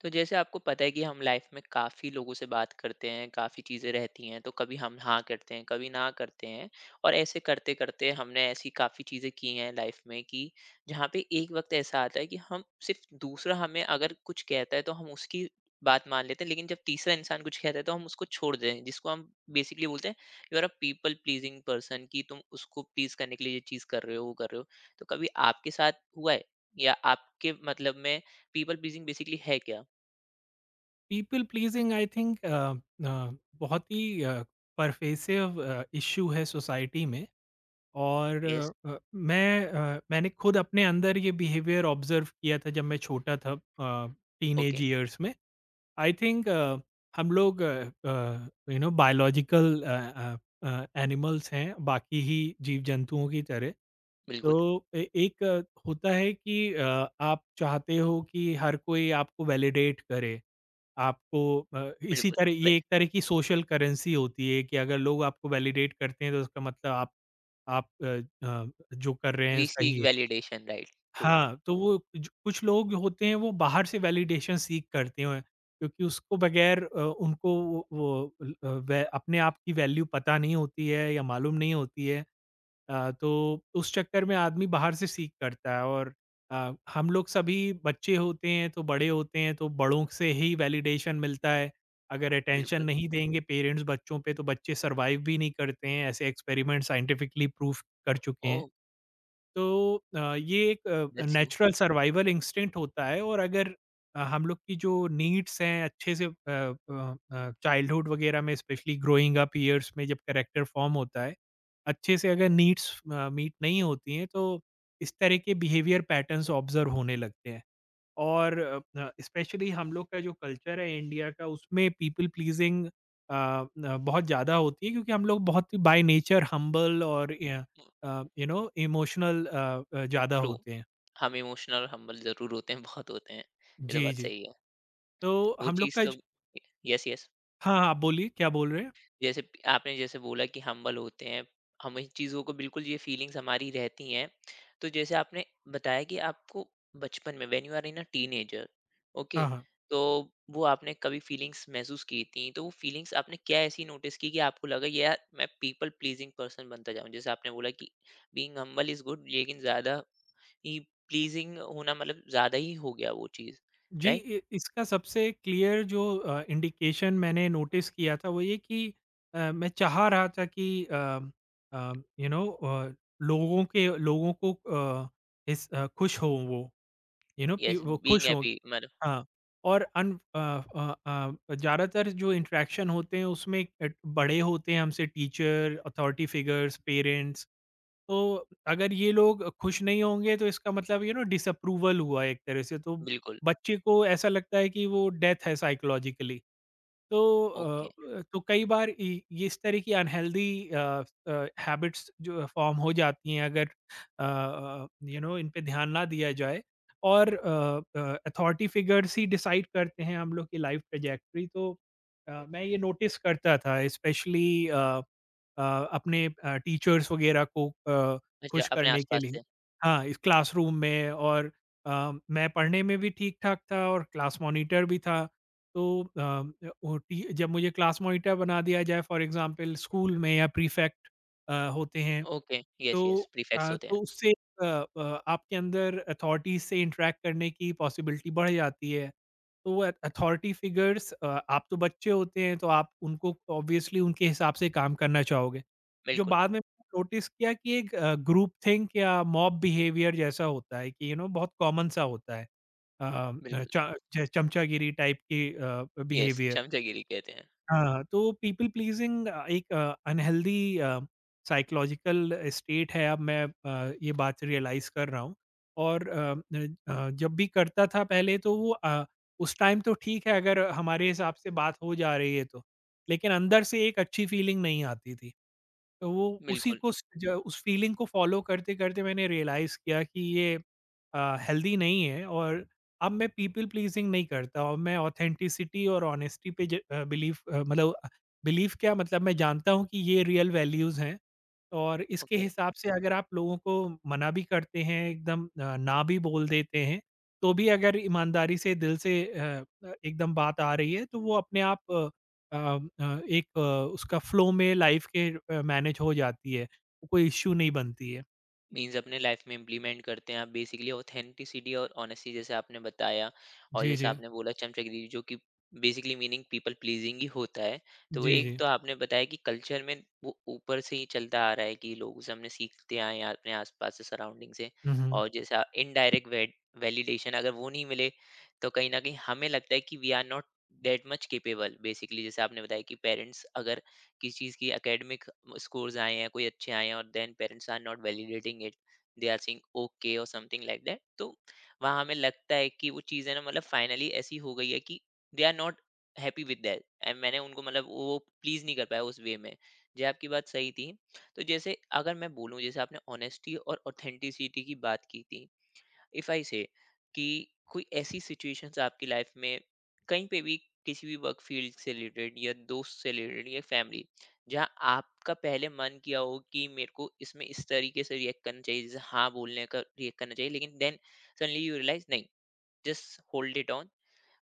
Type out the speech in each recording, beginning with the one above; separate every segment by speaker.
Speaker 1: तो जैसे आपको पता है कि हम लाइफ में काफ़ी लोगों से बात करते हैं, काफ़ी चीज़ें रहती हैं। तो कभी हम हाँ करते हैं, कभी ना करते हैं। और ऐसे करते करते हमने ऐसी काफ़ी चीज़ें की हैं लाइफ में कि जहाँ पे एक वक्त ऐसा आता है कि हम सिर्फ दूसरा हमें अगर कुछ कहता है तो हम उसकी बात मान लेते हैं, लेकिन जब तीसरा इंसान कुछ कहता है तो हम उसको छोड़ दें। जिसको हम बेसिकली बोलते हैं you are a people pleasing person. कि तुम उसको प्लीज करने के लिए ये चीज़ कर रहे हो, वो कर रहे हो। तो कभी आपके साथ हुआ है, या आपके मतलब में पीपल प्लीजिंग बेसिकली है क्या?
Speaker 2: पीपल प्लीजिंग आई थिंक बहुत ही परफेसिव इशू है सोसाइटी में। और
Speaker 1: यस।
Speaker 2: मैंने खुद अपने अंदर ये बिहेवियर ऑब्जर्व किया था जब मैं छोटा था, टीन
Speaker 1: ओके।
Speaker 2: एज ईयर्स में। आई थिंक हम लोग यू नो बायोलॉजिकल एनिमल्स हैं बाकी ही जीव जंतुओं की तरह। तो
Speaker 1: बिल्कुल।
Speaker 2: एक होता है कि आप चाहते हो कि हर कोई आपको वैलिडेट करे आपको। इसी
Speaker 1: बिल्कुल,
Speaker 2: तरह
Speaker 1: वे
Speaker 2: ये एक तरह की सोशल करेंसी होती है कि अगर लोग आपको वैलिडेट करते हैं तो उसका मतलब आप जो कर रहे
Speaker 1: वी
Speaker 2: हैं सही
Speaker 1: सीक
Speaker 2: है।
Speaker 1: Validation right? ट्रू।
Speaker 2: हाँ, तो वो ज कुछ लोग होते हैं वो बाहर से वैलिडेशन सीक करते हैं क्योंकि उसको बगैर उनको वो ल अ, व अपने आप की वैल्यू पता नहीं होती है या मालूम नहीं होती है। तो उस चक्कर में आदमी बाहर से सीख करता है। और हम लोग सभी बच्चे होते हैं, तो बड़े होते हैं तो बड़ों से ही वैलिडेशन मिलता है। अगर अटेंशन
Speaker 1: बिल्कुल।
Speaker 2: नहीं देंगे पेरेंट्स बच्चों पे तो बच्चे सरवाइव भी नहीं करते हैं, ऐसे एक्सपेरिमेंट साइंटिफिकली प्रूफ कर चुके हैं।
Speaker 1: ओह।
Speaker 2: तो ये एक
Speaker 1: that's you.
Speaker 2: Natural survival instinct होता है। और अगर हम लोग की जो नीड्स हैं अच्छे से, चाइल्डहुड वगैरह में, स्पेशली ग्रोइंग अप ईयर्स में जब करेक्टर फॉर्म होता है, अच्छे से अगर नीड्स मीट नहीं होती हैं तो इस तरह के बिहेवियर पैटर्न्स ऑब्जर्व होने लगते हैं। और स्पेशली हम लोग का जो कल्चर है इंडिया का, उसमें पीपल प्लीजिंग बहुत ज़्यादा होती है क्योंकि हम लोग बहुत ही बाय नेचर हम्बल और यू नो इमोशनल ज़्यादा
Speaker 1: ट्रू।
Speaker 2: होते हैं।
Speaker 1: हम इमोशनल और हम्बल ज़रूर होते हैं, बहुत होते हैं। ये तो
Speaker 2: जी
Speaker 1: बात
Speaker 2: जी।
Speaker 1: सही है।
Speaker 2: तो
Speaker 1: वो
Speaker 2: हम लोग
Speaker 1: चीज़
Speaker 2: का
Speaker 1: तो
Speaker 2: ज-
Speaker 1: यस, यस।
Speaker 2: हाँ हाँ, आप बोलिए क्या बोल रहे हैं।
Speaker 1: आपने जैसे बोला कि हम्बल होते हैं। हम इन चीज़ों को बिल्कुल, ये फीलिंग्स हमारी रहती हैं। तो जैसे आपने बताया कि आपको बचपन में when you are in a teenager.
Speaker 2: हाँ
Speaker 1: ओके।
Speaker 2: हाँ।
Speaker 1: तो वो आपने कभी फीलिंग्स महसूस की थी, तो वो फीलिंग्स आपने क्या ऐसी नोटिस की कि आपको लगा यार मैं पीपल प्लीजिंग पर्सन बनता जाऊं? जैसे आपने बोला कि बीइंग हम्बल इज गुड, लेकिन ज़्यादा ही प्लीजिंग होना मतलब ज्यादा ही हो गया वो चीज
Speaker 2: जी,
Speaker 1: राइट।
Speaker 2: इसका सबसे क्लियर जो इंडिकेशन मैंने नोटिस किया था वो ये कि मैं चाह रहा था कि यू नो लोगों को खुश हो वो, यू नो पी
Speaker 1: यस।
Speaker 2: वो
Speaker 1: बीइंग
Speaker 2: खुश हो।
Speaker 1: हैप्पी मतलब।
Speaker 2: हाँ। और अन अ अ अ, ज़्यादातर जो इंटरैक्शन होते हैं उसमें बड़े होते हैं हमसे, टीचर, अथॉरिटी फिगर्स, पेरेंट्स। तो अगर ये लोग खुश नहीं होंगे तो इसका मतलब यू नो डिसअप्रूवल हुआ एक तरह से, तो
Speaker 1: बिल्कुल।
Speaker 2: बच्चे को ऐसा लगता है कि वो डेथ है साइकोलॉजिकली। तो
Speaker 1: ओके।
Speaker 2: कई बार ये इस तरह की अनहेल्दी हैबिट्स जो फॉर्म हो जाती हैं अगर यू नो इन पे ध्यान ना दिया जाए। और अथॉरिटी फिगर्स ही डिसाइड करते हैं हम लोग की लाइफ ट्रेजेक्ट्री। तो मैं ये नोटिस करता था, स्पेशली अ, अपने टीचर्स वगैरह को
Speaker 1: अच्छा,
Speaker 2: खुश
Speaker 1: अपने
Speaker 2: करने के
Speaker 1: आसपास
Speaker 2: लिए।
Speaker 1: से।
Speaker 2: हाँ, इस क्लासरूम में। और मैं पढ़ने में भी ठीक-ठाक था और क्लास मॉनिटर भी था। तो अ, अ, वो टी जब मुझे क्लास मॉनिटर बना दिया जाए फॉर एग्ज़ाम्पल स्कूल में, या प्रीफ़ेक्ट होते हैं,
Speaker 1: ओके। यस, यस,
Speaker 2: तो
Speaker 1: प्रीफिक्स होते हैं।
Speaker 2: उससे आपके अंदर अथॉरिटीज़ से इंटरैक्ट करने की पॉसिबिलिटी बढ़ जाती है। तो वो अथॉरिटी फिगर्स, आप तो बच्चे होते हैं तो आप उनको ऑब्वियसली उनके हिसाब से काम करना चाहोगे। जो
Speaker 1: बिल्कुल।
Speaker 2: बाद में नोटिस किया कि एक ग्रुप थिंक या मॉब बिहेवियर जैसा होता है कि यू नो बहुत कॉमन सा होता है। अ,
Speaker 1: बिल्कुल।
Speaker 2: च च चमचागिरी टाइप की
Speaker 1: यस,
Speaker 2: बिहेवियर।
Speaker 1: चमचागिरी कहते हैं।
Speaker 2: हाँ, तो पीपल प्लीज़िंग एक अनहेल्दी साइकोलॉजिकल स्टेट है, अब मैं ये बात रियलाइज़ कर रहा हूँ। और अ, न अ, जब भी करता था पहले तो उस टाइम तो ठीक है अगर हमारे हिसाब से बात हो जा रही है तो, लेकिन अंदर से एक अच्छी फीलिंग नहीं आती थी। तो वो उसी
Speaker 1: बिल्कुल।
Speaker 2: को स जो उस फ़ीलिंग को फ़ॉलो करते-करते मैंने रियलाइज़ किया कि ये हेल्दी नहीं है। और अब मैं पीपल प्लीज़िंग नहीं करता, और मैं ऑथेंटिसिटी और ऑनेस्टी पे ज अ, बिलीव अ, मतलब बिलीव, क्या मतलब, मैं जानता हूँ कि ये रियल वैल्यूज़ हैं। और इसके
Speaker 1: ओके।
Speaker 2: हिसाब से अगर आप लोगों को मना भी करते हैं, एकदम ना भी बोल देते हैं, तो भी अगर ईमानदारी से दिल से एकदम बात आ रही है तो वो अपने आप अ, अ, एक अ, उसका फ्लो में लाइफ के मैनेज हो जाती है, कोई इश्यू नहीं बनती है।
Speaker 1: मीन्स अपने लाइफ में इम्प्लीमेंट करते हैं आप बेसिकली ऑथेंटिसिटी और ऑनेस्टी, जैसे आपने बताया। और
Speaker 2: जी,
Speaker 1: जैसे
Speaker 2: जी।
Speaker 1: आपने बोला चमचगिरी, जो कि बेसिकली मीनिंग पीपल प्लीजिंग ही होता है। तो वो
Speaker 2: जी,
Speaker 1: एक
Speaker 2: जी।
Speaker 1: तो आपने बताया कि कल्चर में वो ऊपर से ही चलता आ रहा है, कि लोग उसे हमने सीखते आए हैं अपने आसपास से, सराउंडिंग से।
Speaker 2: हुँ, हुँ।
Speaker 1: और जैसा इनडायरेक्ट वैलिडेशन अगर वो नहीं मिले, तो कहीं ना कहीं हमें लगता है कि we are not that much capable basically. जैसे आपने बताया कि पेरेंट्स अगर किस चीज़ की एकेडमिक स्कोर्स आए हैं, कोई अच्छे आए हैं, और then parents are not validating it, they are saying okay और समथिंग लाइक दैट। तो वहाँ हमें लगता है कि वो चीज़ है ना, मतलब फाइनली ऐसी हो गई है कि they are not happy with that and मैंने उनको, मतलब वो प्लीज़ नहीं कर पाया उस वे में। जी, आपकी बात सही थी। तो जैसे अगर मैं बोलूँ, जैसे आपने ऑनेस्टी और ऑथेंटिसिटी की बात की थी, इफ आई से कि कोई ऐसी सिचुएशंस आपकी लाइफ में, कहीं पे भी, किसी भी वर्क फील्ड से रिलेटेड या दोस्त से रिलेटेड या फैमिली, जहाँ आपका पहले मन किया हो कि मेरे को इसमें इस तरीके से रिएक्ट करना चाहिए, जैसे हाँ बोलने का रिएक्ट करना चाहिए, लेकिन देन सडनली यू रियलाइज नहीं, जस्ट होल्ड इट ऑन,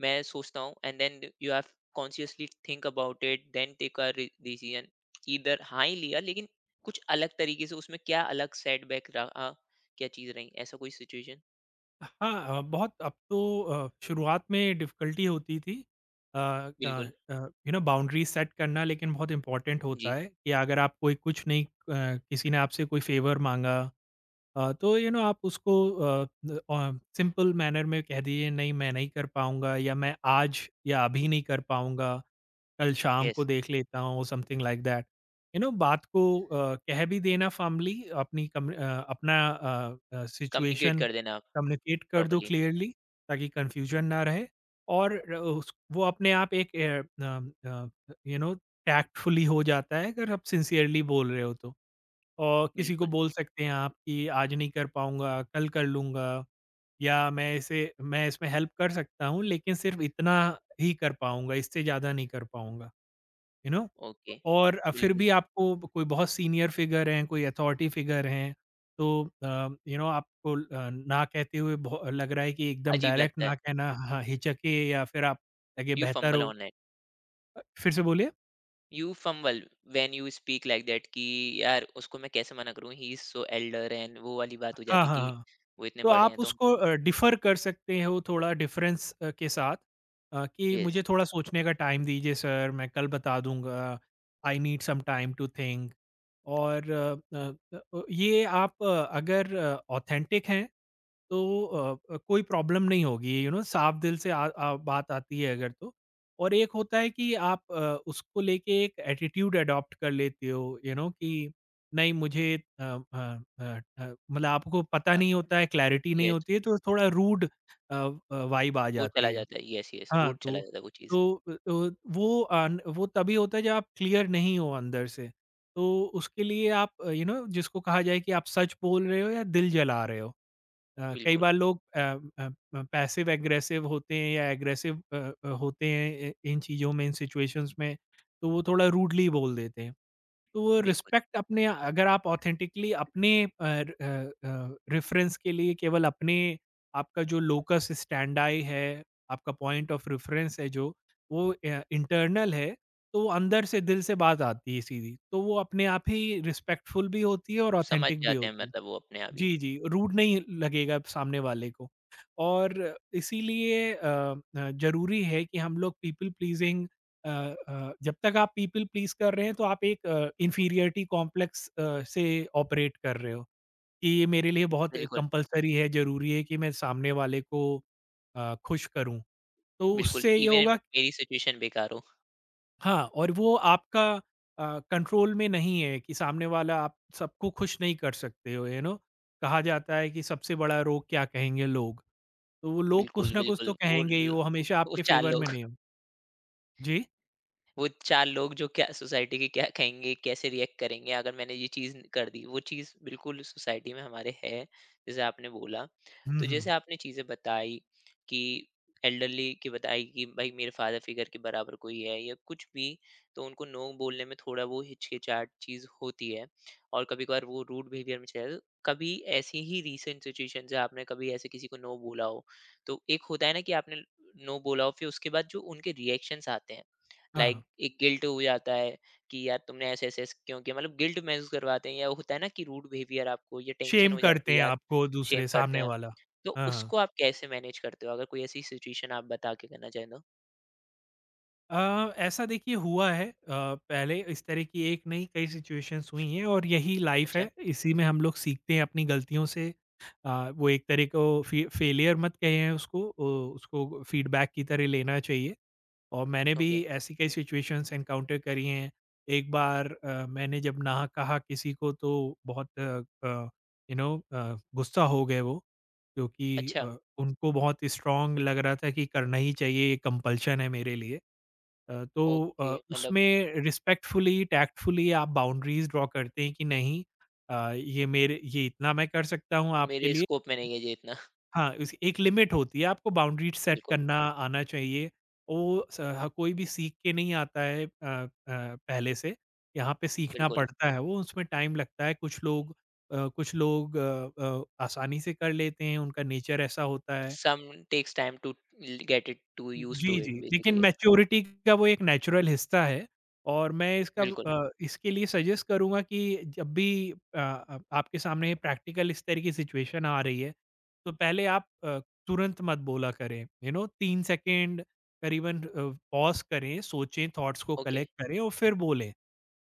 Speaker 1: मैं सोचता हूँ and then you have consciously think about it then take a decision. इधर हाँ ही लिया, लेकिन कुछ अलग तरीके से उसमें क्या अलग सेटबैक रहा, क्या चीज़ रही, ऐसा कोई सिचुएशन?
Speaker 2: हाँ, बहुत अब तो शुरुआत में डिफ़िकल्टी होती थी, अ अ
Speaker 1: बिल्कुल।
Speaker 2: अ, यू नो बाउंड्रीज़ सेट करना लेकिन बहुत इम्पोर्टेंट होता
Speaker 1: जी।
Speaker 2: है। कि अगर आप कोई कुछ नहीं अ, किसी ने आपसे कोई फ़ेवर माँगा, तो यू नो आप उसको सिंपल मैनर में कह दीजिए, नहीं मैं नहीं कर पाऊंगा, या मैं आज या अभी नहीं कर पाऊंगा, कल शाम
Speaker 1: यस।
Speaker 2: को देख लेता हूँ, something like that. You know बात को कह भी देना, फैमिली अपनी, अपना
Speaker 1: कम्युनिकेट
Speaker 2: सिचुएशन
Speaker 1: कर देना आप
Speaker 2: कम्युनिकेट कर दो
Speaker 1: प्रॉपर्ली।
Speaker 2: क्लियरली, ताकि कंफ्यूजन ना रहे। और वो अपने आप एक यू नो टैक्टफुली हो जाता है अगर आप सिंसियरली बोल रहे हो तो। और किसी को
Speaker 1: बिल्कुल।
Speaker 2: बोल सकते हैं आप कि आज नहीं कर पाऊँगा, कल कर लूँगा। या मैं इसमें हेल्प कर सकता हूँ, लेकिन सिर्फ़ इतना ही कर पाऊँगा, इससे ज़्यादा नहीं कर पाऊँगा, यू नो।
Speaker 1: ओके।
Speaker 2: और फिर
Speaker 1: बिल्कुल।
Speaker 2: भी आपको कोई बहुत सीनियर फिगर हैं, कोई अथॉरिटी फिगर हैं, तो यू नो आपको ना कहते हुए भो लग रहा है कि एकदम
Speaker 1: अजीब
Speaker 2: डायरेक्ट
Speaker 1: लगता है।
Speaker 2: ना कहना, हाँ, हिचके या फिर आप लगे
Speaker 1: यू
Speaker 2: बेहतर
Speaker 1: फंबल
Speaker 2: हो।
Speaker 1: ऑनलाइन।
Speaker 2: फिर से बोलिए?
Speaker 1: You fumble when you speak like that कि यार उसको मैं कैसे मना करूँ, he is so elder, and वो वाली बात हो
Speaker 2: हाँ,
Speaker 1: जाती
Speaker 2: हाँ,
Speaker 1: है कि
Speaker 2: हाँ।
Speaker 1: वो इतने
Speaker 2: तो
Speaker 1: बड़े हैं
Speaker 2: आप
Speaker 1: तो
Speaker 2: उसको
Speaker 1: उनको।
Speaker 2: डिफ़र कर सकते हो थोड़ा डिफ़रेंस के साथ, कि
Speaker 1: यस
Speaker 2: मुझे थोड़ा सोचने का टाइम दीजिए सर, मैं कल बता दूँगा, I need some time to think. और ये आप अगर ऑथेंटिक हैं तो कोई प्रॉब्लम नहीं होगी, यू नो साफ दिल से आ, आ, बात आती है अगर तो। और एक होता है कि आप उसको लेके एक एटीट्यूड अडॉप्ट कर लेते हो यू नो कि नहीं, मुझे अ, अ, मतलब आपको पता
Speaker 1: अ,
Speaker 2: नहीं होता है, क्लैरिटी नहीं
Speaker 1: यस,
Speaker 2: होती है, तो थोड़ा रूड वाइब आ
Speaker 1: वो चला
Speaker 2: जाती है।
Speaker 1: जाता है, यस, यस,
Speaker 2: हाँ,
Speaker 1: रूट चला जाता है वो चीज़।
Speaker 2: तो वो आ, न- वो तभी होता है जब आप क्लियर नहीं हो अंदर से। तो उसके लिए आप यू नो जिसको कहा जाए कि आप सच बोल रहे हो या दिल जला रहे हो। कई
Speaker 1: बिल्कुल,
Speaker 2: बार लोग पैसिव एग्रेसिव होते हैं या एग्रेसिव होते हैं इ इन चीज़ों में, इन सिचुएशंस में, तो वो थोड़ा रूडली बोल देते हैं। तो वो
Speaker 1: बिल्कुल,
Speaker 2: रिस्पेक्ट अपने, अगर आप ऑथेंटिकली अपने रेफ़रेंस के लिए केवल अपने, आपका जो लोकस स्टैंडआई है, आपका पॉइंट ऑफ रेफ़रेंस है जो, वो इंटरनल है, तो वो अंदर से दिल से बात आती है सीधी। तो वो अपने आप ही रिस्पेक्टफुल भी होती है और
Speaker 1: समझ
Speaker 2: ऑथेंटिक भी
Speaker 1: जाते हैं
Speaker 2: होती है।
Speaker 1: मतलब वो अपने आप ही।
Speaker 2: जी, जी, रूड नहीं लगेगा सामने वाले को। और इसीलिए ज़रूरी है कि हम लोग पीपल प्लीज़िंग जब तक आप पीपल प्लीज़ कर रहे हैं तो आप एक इन्फीरियरिटी कॉम्प्लेक्स से ऑपरेट कर रहे हो, कि ये मेरे लिए बहुत
Speaker 1: बिल्कुल,
Speaker 2: कंपल्सरी है, ज़रूरी है कि मैं सामने वाले को खुश करूँ। तो
Speaker 1: बिल्कुल,
Speaker 2: उससे ये
Speaker 1: इवन
Speaker 2: होगा।
Speaker 1: मेरी सिचुएशन बेकार हो।
Speaker 2: हाँ, और वो आपका कंट्रोल में नहीं है कि सामने वाला, आप सबको खुश नहीं कर सकते हो, यू नो। कहा जाता है कि सबसे बड़ा रोग क्या कहेंगे लोग, तो वो लोग कुछ
Speaker 1: बिल्कुल,
Speaker 2: ना कुछ
Speaker 1: बिल्कुल,
Speaker 2: तो कहेंगे ही, वो हमेशा
Speaker 1: वो
Speaker 2: आपके
Speaker 1: 4
Speaker 2: फ़ेवर में
Speaker 1: लोग
Speaker 2: नहीं हो। जी?
Speaker 1: वो चार लोग, जो क्या सोसाइटी के, क्या कहेंगे, कैसे रिएक्ट करेंगे अगर मैंने ये चीज़ कर दी, वो चीज़ बिल्कुल सोसाइटी में हमारे है, जैसे आपने बोला।
Speaker 2: हुँ,
Speaker 1: तो जैसे
Speaker 2: हुँ।
Speaker 1: आपने चीज़ें बताई कि एल्डरली की बताई कि भाई मेरे फादर फिगर के बराबर कोई है या कुछ भी, तो उनको नो बोलने में थोड़ा वो हिचकिचाहट चीज़ होती है, और कभी कभार वो रूड बिहेवियर में चला जाता है। तो कभी ऐसी ही रीसेंट सिचुएशन से आपने कभी ऐसे किसी को नो बोला हो, तो एक होता है ना कि आपने नो बोला हो, फिर उसके बाद जो उनके रिएक्शंस आते हैं,
Speaker 2: हाँ,
Speaker 1: लाइक
Speaker 2: हाँ।
Speaker 1: एक गिल्ट हो जाता है कि यार तुमने ऐसे ऐसे ऐसे क्यों किया, मतलब गिल्ट महसूस करवाते हैं, या होता है ना कि रूड बिहेवियर, आपको ये टेंशन
Speaker 2: शेम
Speaker 1: हो जाती
Speaker 2: करते
Speaker 1: है
Speaker 2: हैं
Speaker 1: यार।
Speaker 2: आपको
Speaker 1: शेम
Speaker 2: दूसरे,
Speaker 1: करते
Speaker 2: सामने
Speaker 1: हैं।
Speaker 2: वाला।
Speaker 1: तो
Speaker 2: हाँ, हाँ।
Speaker 1: उसको आप कैसे मैनेज करते हो, अगर कोई ऐसी सिचुएशन आप बता के करना चाहें तो?
Speaker 2: ऐसा देखिए, हुआ है पहले इस तरह की, एक नहीं कई सिचुएशंस हुई हैं और यही लाइफ
Speaker 1: अच्छा।
Speaker 2: है, इसी में हम लोग सीखते हैं अपनी गलतियों से। वो एक तरह को फेलियर मत कहें उसको, उसको फीडबैक की तरह लेना चाहिए। और मैंने भी
Speaker 1: ओके।
Speaker 2: ऐसी कई सिचुएशंस एनकाउंटर करी हैं। एक बार मैंने जब ना कहा किसी को तो बहुत यू नो गुस्सा हो गए वो, क्योंकि
Speaker 1: अच्छा।
Speaker 2: उनको बहुत स्ट्रांग लग रहा था कि करना ही चाहिए, ये कंपल्शन है मेरे लिए। अ, तो
Speaker 1: ओके, मतलब
Speaker 2: उसमें रिस्पेक्टफुली, टैक्टफुली आप बाउंड्रीज़ ड्रॉ करते हैं कि नहीं, ये मेरे ये इतना मैं कर सकता हूँ आपके
Speaker 1: मेरे
Speaker 2: लिए।
Speaker 1: स्कोप में नहीं है ये इतना।
Speaker 2: हाँ, इस एक लिमिट होती है, आपको बाउंड्री सेट
Speaker 1: बिल्कुल।
Speaker 2: करना आना चाहिए। वो स ह कोई भी सीख के नहीं आता है पहले से, यहाँ पे सीखना
Speaker 1: बिल्कुल।
Speaker 2: पड़ता है वो, उसमें टाइम लगता है। कुछ लोग आसानी से कर लेते हैं, उनका नेचर ऐसा होता है।
Speaker 1: Some takes time to get it to use to
Speaker 2: जी, जी।
Speaker 1: इट
Speaker 2: लेकिन
Speaker 1: बेसिकली।
Speaker 2: मैच्योरिटी का वो एक नेचुरल हिस्सा है। और मैं
Speaker 1: बिल्कुल।
Speaker 2: इसके लिए सजेस्ट करूँगा कि जब भी आपके सामने प्रैक्टिकल इस तरह की सिचुएशन आ रही है, तो पहले आप तुरंत मत बोला करें, यू नो 3 सेकंड करीबन पॉज़ करें, सोचें, थॉट्स को
Speaker 1: ओके।
Speaker 2: कलेक्ट करें और फिर बोलें।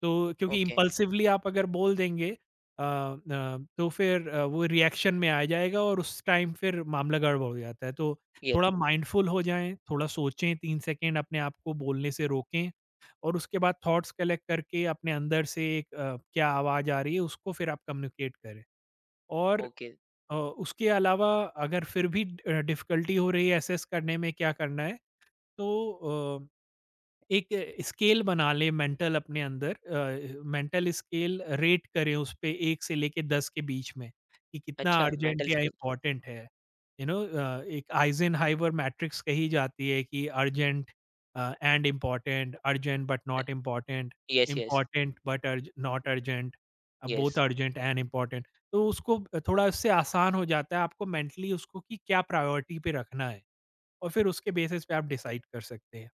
Speaker 2: तो क्योंकि
Speaker 1: ओके।
Speaker 2: इम्पल्सिवली आप अगर बोल देंगे न तो फिर वो रिएक्शन में आ जाएगा और उस टाइम फिर मामला गड़बड़ हो जाता है। तो
Speaker 1: ये।
Speaker 2: थोड़ा माइंडफुल हो जाएँ, थोड़ा सोचें 3 सेकंड अपने आप को बोलने से रोकें और उसके बाद थॉट्स कलेक्ट करके अपने अंदर से एक क्या आवाज़ आ रही है उसको फिर आप कम्युनिकेट करें। और
Speaker 1: ओके।
Speaker 2: उसके अलावा अगर फिर भी डिफ़िकल्टी हो रही है असेस करने में क्या करना है तो एक स्केल बना लें मेंटल अपने अंदर मेंटल स्केल रेट करें उस पे 1 से लेके 10 के बीच में, कि कितना
Speaker 1: अच्छा, मेंटल
Speaker 2: अर्जेंट या
Speaker 1: स्किल।
Speaker 2: इम्पोर्टेंट है। यू नो एक आइज़ेनहाइमर मैट्रिक्स कही जाती है कि urgent and important, urgent but not important,
Speaker 1: yes, yes,
Speaker 2: important but urge not urgent,
Speaker 1: yes.
Speaker 2: Both urgent and important. तो उसको थोड़ा उससे आसान हो जाता है आपको मेंटली उसको कि क्या प्रायोरिटी पे रखना है और फिर उसके बेसिस पे आप डिसाइड कर सकते हैं।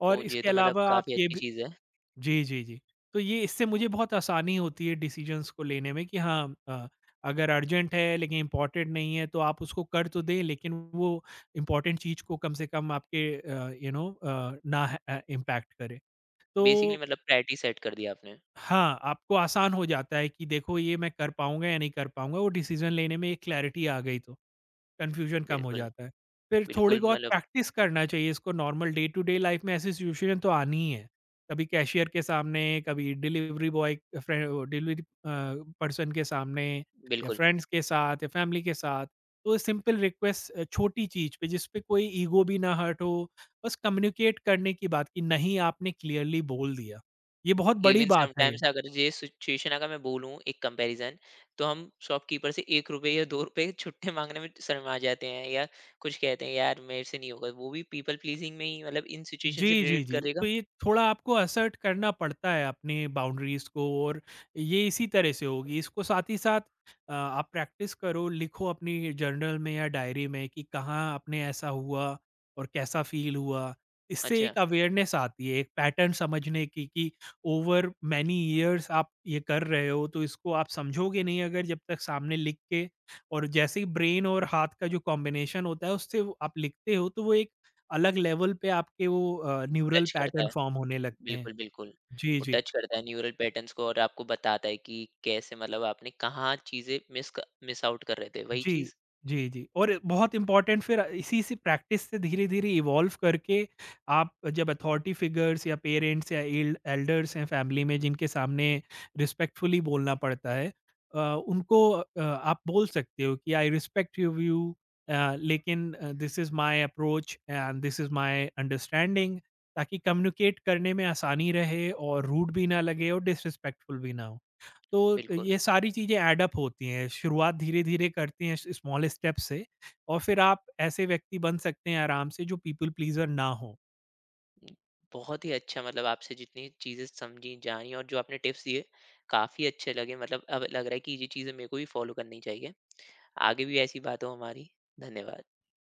Speaker 2: और
Speaker 1: ओह! ये
Speaker 2: इसके
Speaker 1: तो मतलब
Speaker 2: अलावा आप
Speaker 1: काफ़ी
Speaker 2: ये
Speaker 1: अच्छी
Speaker 2: भी
Speaker 1: चीज़ है।
Speaker 2: जी, जी, जी। तो ये इससे मुझे बहुत आसानी होती है डिसीज़न्स को लेने में कि हाँ अगर अर्जेंट है लेकिन इम्पोर्टेंट नहीं है तो आप उसको कर तो दें लेकिन वो इम्पोर्टेंट चीज़ को कम से कम आपके यू नो इम्पैक्ट करे।
Speaker 1: बेसिकली
Speaker 2: तो
Speaker 1: मतलब प्रायोरिटी सेट कर दी आपने।
Speaker 2: हाँ, आपको आसान हो जाता है कि देखो ये मैं कर पाऊँगा या नहीं कर पाऊँगा, वो डिसीज़न लेने में एक क्लैरिटी आ गई तो, कन्फ्यूज़न कम हो
Speaker 1: बिल्कुल।
Speaker 2: जाता है। फिर थोड़ी
Speaker 1: बिल्कुल,
Speaker 2: बहुत
Speaker 1: मतलब
Speaker 2: प्रैक्टिस करना चाहिए इसको normal day to day life में ऐसी सिचुएशन तो आनी ही है। कभी कैशियर के सामने, कभी डिलीवरी बॉय फ्रे वो डिलीवरी पर्सन के सामने या
Speaker 1: बिल्कुल।
Speaker 2: फ्रेंड्स के साथ या फैमिली के साथ। तो सिंपल रिक्वेस्ट छोटी चीज़ पे जिस पे कोई ईगो भी ना हर्ट हो, बस कम्युनिकेट करने की बात कि नहीं आपने क्लियरली बोल दिया। ये बहुत बड़ी
Speaker 1: इवन
Speaker 2: बात है।
Speaker 1: समटाइम्स, अगर ये सिचुएशन, अगर मैं बोलूँ एक कंपैरिज़न, तो हम शॉपकीपर से ₹1 या ₹2 छुट्टे माँगने में शर्मा जाते हैं, या कुछ कहते हैं यार मेरे से नहीं होगा। वो भी पीपल प्लीज़िंग में ही, मतलब इन सिचुएशन से
Speaker 2: जी, जी,
Speaker 1: रिलेट
Speaker 2: जी।
Speaker 1: करेगा।
Speaker 2: तो ये थोड़ा आपको असर्ट करना पड़ता है अपने बाउंड्रीज़ को और ये इसी तरह से होगी। इसको साथ ही साथ आप प्रैक्टिस करो, लिखो अपनी जर्नल में या डायरी में कि कहाँ अपने ऐसा हुआ और कैसा फ़ील हुआ। इससे
Speaker 1: अच्छा।
Speaker 2: एक अवेयरनेस आती है, एक पैटर्न समझने की कि ओवर मैनी इयर्स आप ये कर रहे हो, तो इसको आप समझोगे नहीं अगर जब तक सामने लिख के और जैसे ही ब्रेन और हाथ का जो कॉम्बिनेशन होता है उससे वो आप लिखते हो, तो वो एक अलग लेवल पे आपके वो न्यूरल
Speaker 1: टच करता
Speaker 2: पैटर्न
Speaker 1: है।
Speaker 2: फ़ॉर्म होने लगते हैं।
Speaker 1: बिल्कुल, बिल्कुल।
Speaker 2: जी,
Speaker 1: वो
Speaker 2: जी।
Speaker 1: टच करता है न्यूरल पैटर्न्स को और आपको बताता है कि कैसे, मतलब आपने कहाँ चीज़ें मिस आउट कर रहे थे। वही
Speaker 2: जी,
Speaker 1: चीज़?
Speaker 2: जी, जी और बहुत इम्पोर्टेंट फिर इसी से प्रैक्टिस से धीरे-धीरे इवॉल्व करके आप जब अथॉरिटी फिगर्स या पेरेंट्स या एल एल्डर्स हैं फैमिली में जिनके सामने रिस्पेक्टफुली बोलना पड़ता है उनको आप बोल सकते हो कि आई रिस्पेक्ट यू व्यू लेकिन this is my approach and this is my understanding ताकि कम्युनिकेट करने में आसानी रहे और रूड भी ना लगे और डिसरिस्पेक्टफुल भी ना हो। तो
Speaker 1: बिल्कुल।
Speaker 2: ये सारी चीज़ें ऐड अप होती हैं, शुरुआत धीरे-धीरे करते हैं स्मॉल स्टेप से और फिर आप ऐसे व्यक्ति बन सकते हैं आराम से जो पीपल प्लीज़र ना हो।
Speaker 1: बहुत ही अच्छा, मतलब आपसे जितनी चीज़ें समझी जानी और जो आपने टिप्स दिए, काफ़ी अच्छे लगे। मतलब अब लग रहा है कि ये चीज़ें मेरे को भी फॉलो करनी चाहिए। आगे भी ऐसी बात हो हमारी। धन्यवाद।